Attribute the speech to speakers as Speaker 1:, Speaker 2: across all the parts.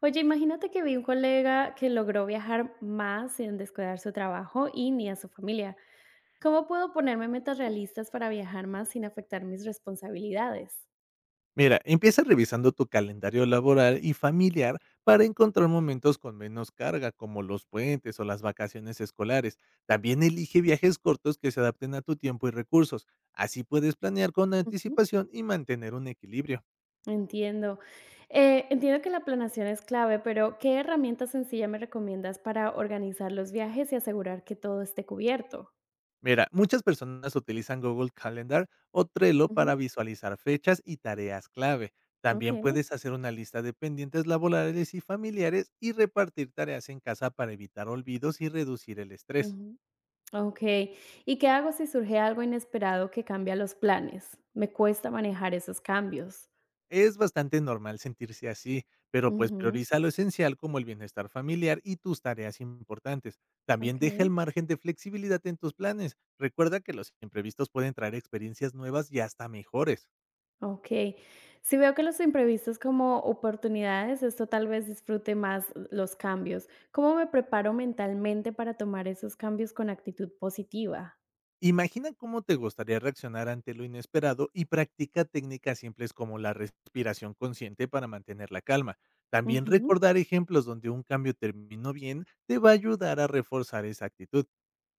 Speaker 1: Oye, imagínate que vi un colega que logró viajar más sin descuidar su trabajo y ni a su familia. ¿Cómo puedo ponerme metas realistas para viajar más sin afectar mis responsabilidades?
Speaker 2: Mira, empieza revisando tu calendario laboral y familiar para encontrar momentos con menos carga, como los puentes o las vacaciones escolares. También elige viajes cortos que se adapten a tu tiempo y recursos. Así puedes planear con
Speaker 1: Ujú,
Speaker 2: anticipación y mantener un equilibrio.
Speaker 1: entiendo. Entiendo que la planeación es clave, pero ¿qué herramienta sencilla me recomiendas para organizar los viajes y asegurar que todo esté cubierto?
Speaker 2: Mira, muchas personas utilizan Google Calendar o Trello
Speaker 1: Ujú,
Speaker 2: para visualizar fechas y tareas clave.
Speaker 1: ok.
Speaker 2: También puedes hacer una lista de pendientes laborales y familiares y repartir tareas en casa para evitar olvidos y reducir el estrés.
Speaker 1: Ujú, ok. ¿Y qué hago si surge algo inesperado que cambia los planes? Me cuesta manejar esos cambios.
Speaker 2: Es bastante normal sentirse así, pero pues
Speaker 1: Ujú,
Speaker 2: prioriza lo esencial como el bienestar familiar y tus tareas importantes. También
Speaker 1: ok.
Speaker 2: deja el margen de flexibilidad en tus planes. Recuerda que los imprevistos pueden traer experiencias nuevas y hasta mejores.
Speaker 1: Okey. Si veo que los imprevistos como oportunidades, esto tal vez disfrute más los cambios. ¿Cómo me preparo mentalmente para tomar esos cambios con actitud positiva?
Speaker 2: Imagina cómo te gustaría reaccionar ante lo inesperado y practica técnicas simples como la respiración consciente para mantener la calma. También
Speaker 1: Ujú.
Speaker 2: recordar ejemplos donde un cambio terminó bien te va a ayudar a reforzar esa actitud.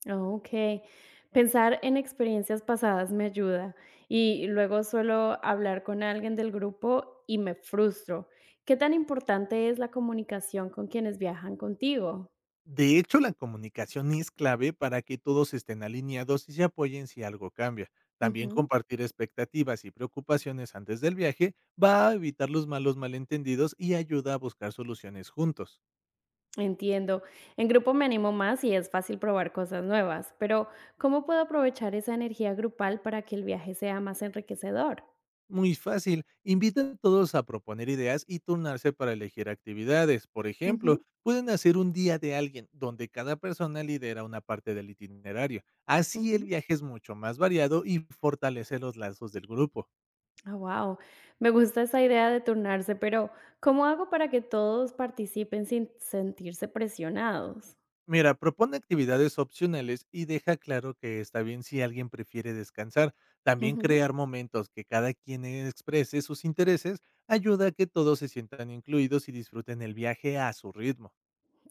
Speaker 1: Okey. Pensar en experiencias pasadas me ayuda y luego suelo hablar con alguien del grupo y me frustro. ¿Qué tan importante es la comunicación con quienes viajan contigo?
Speaker 2: De hecho, la comunicación es clave para que todos estén alineados y se apoyen si algo cambia. También compartir expectativas y preocupaciones antes del viaje va a evitar los malos malentendidos y ayuda a buscar soluciones juntos.
Speaker 1: Entiendo. En grupo me animo más y es fácil probar cosas nuevas, pero ¿cómo puedo aprovechar esa energía grupal para que el viaje sea más enriquecedor?
Speaker 2: Muy fácil, invita a todos a proponer ideas y turnarse para elegir actividades. Por ejemplo,
Speaker 1: Ujú,
Speaker 2: pueden hacer un día de alguien donde cada persona lidera una parte del itinerario. Así el
Speaker 1: ujú.
Speaker 2: viaje es mucho más variado y fortalece los lazos del grupo.
Speaker 1: Ah, wow. Me gusta esa idea de turnarse, pero ¿cómo hago para que todos participen sin sentirse presionados?
Speaker 2: Mira, propone actividades opcionales y deja claro que está bien si alguien prefiere descansar. También
Speaker 1: Ujú.
Speaker 2: crear momentos que cada quien exprese sus intereses ayuda a que todos se sientan incluidos y disfruten el viaje a su ritmo.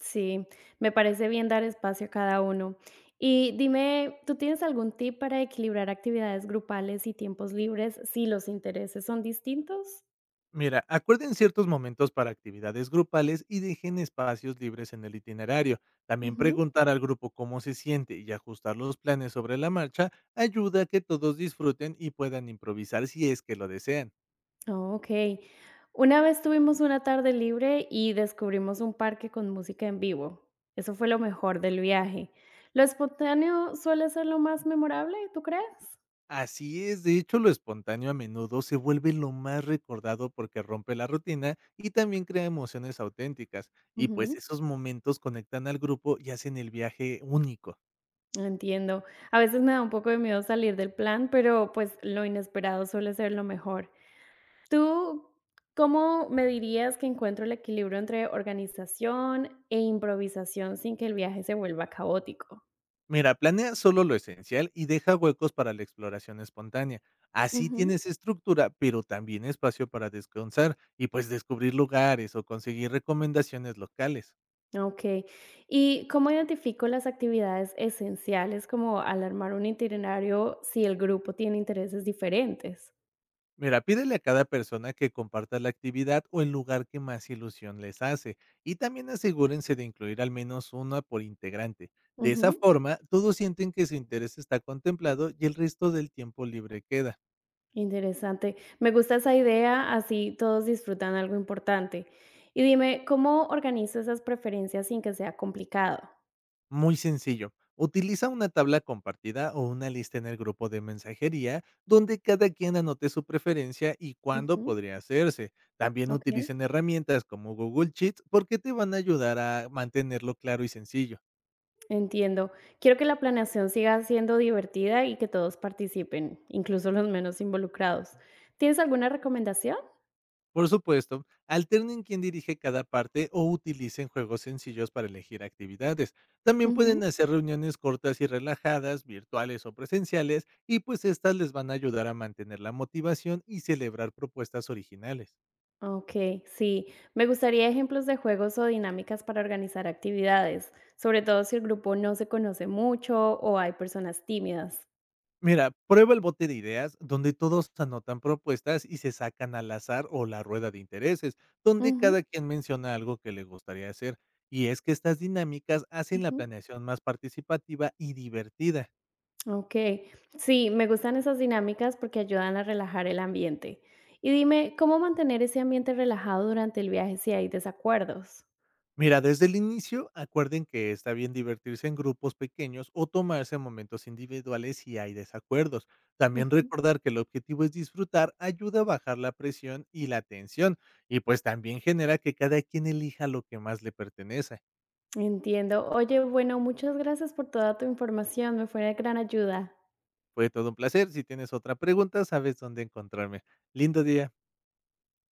Speaker 1: Sí, me parece bien dar espacio a cada uno. Y dime, ¿tú tienes algún tip para equilibrar actividades grupales y tiempos libres si los intereses son distintos?
Speaker 2: Mira, acuerden ciertos momentos para actividades grupales y dejen espacios libres en el itinerario. También preguntar al grupo cómo se siente y ajustar los planes sobre la marcha ayuda a que todos disfruten y puedan improvisar si es que lo desean.
Speaker 1: Okey. Una vez tuvimos una tarde libre y descubrimos un parque con música en vivo. Eso fue lo mejor del viaje. Lo espontáneo suele ser lo más memorable, ¿tú crees?
Speaker 2: Así es, de hecho, lo espontáneo a menudo se vuelve lo más recordado porque rompe la rutina y también crea emociones auténticas. Y pues
Speaker 1: Ujú,
Speaker 2: esos momentos conectan al grupo y hacen el viaje único.
Speaker 1: entiendo. A veces me da un poco de miedo salir del plan, pero, pues, lo inesperado suele ser lo mejor. ¿Tú cómo me dirías que encuentro el equilibrio entre organización e improvisación sin que el viaje se vuelva caótico?
Speaker 2: Mira, planea solo lo esencial y deja huecos para la exploración espontánea. Así tienes estructura, pero también espacio para descansar y pues descubrir lugares o conseguir recomendaciones locales.
Speaker 1: Okey. ¿Y cómo identifico las actividades esenciales como al armar un itinerario si el grupo tiene intereses diferentes?
Speaker 2: Mira, pídele a cada persona que comparta la actividad o el lugar que más ilusión les hace y también asegúrense de incluir al menos una por integrante. De esa
Speaker 1: Ujú,
Speaker 2: forma, todos sienten que su interés está contemplado y el resto del tiempo libre queda.
Speaker 1: interesante. Me gusta esa idea, así todos disfrutan algo importante. Y dime, ¿cómo organizo esas preferencias sin que sea complicado?
Speaker 2: Muy sencillo. Utiliza una tabla compartida o una lista en el grupo de mensajería donde cada quien anote su preferencia y cuándo
Speaker 1: Ujú,
Speaker 2: podría hacerse. También
Speaker 1: okey,
Speaker 2: utilicen herramientas como Google Sheets porque te van a ayudar a mantenerlo claro y sencillo.
Speaker 1: entiendo. Quiero que la planeación siga siendo divertida y que todos participen, incluso los menos involucrados. ¿Tienes alguna recomendación?
Speaker 2: Por supuesto, alternen quién dirige cada parte o utilicen juegos sencillos para elegir actividades. También pueden hacer reuniones cortas y relajadas, virtuales o presenciales, y pues estas les van a ayudar a mantener la motivación y celebrar propuestas originales.
Speaker 1: Ok, sí. Me gustaría ejemplos de juegos o dinámicas para organizar actividades, sobre todo si el grupo no se conoce mucho o hay personas tímidas.
Speaker 2: Mira, prueba el bote de ideas, donde todos anotan propuestas y se sacan al azar, o la rueda de intereses, donde
Speaker 1: Ujú,
Speaker 2: cada quien menciona algo que le gustaría hacer. Y es que estas dinámicas hacen la
Speaker 1: ujú.
Speaker 2: planeación más participativa y divertida.
Speaker 1: Ok, sí, me gustan esas dinámicas porque ayudan a relajar el ambiente. Y dime, ¿cómo mantener ese ambiente relajado durante el viaje si hay desacuerdos?
Speaker 2: Mira, desde el inicio, acuerden que está bien divertirse en grupos pequeños o tomarse momentos individuales si hay desacuerdos. También
Speaker 1: Ujú,
Speaker 2: recordar que el objetivo es disfrutar ayuda a bajar la presión y la tensión, y pues también genera que cada quien elija lo que más le pertenece.
Speaker 1: entiendo. Oye, bueno, muchas gracias por toda tu información, me fue de gran ayuda.
Speaker 2: Fue todo un placer. Si tienes otra pregunta, sabes dónde encontrarme. Lindo día.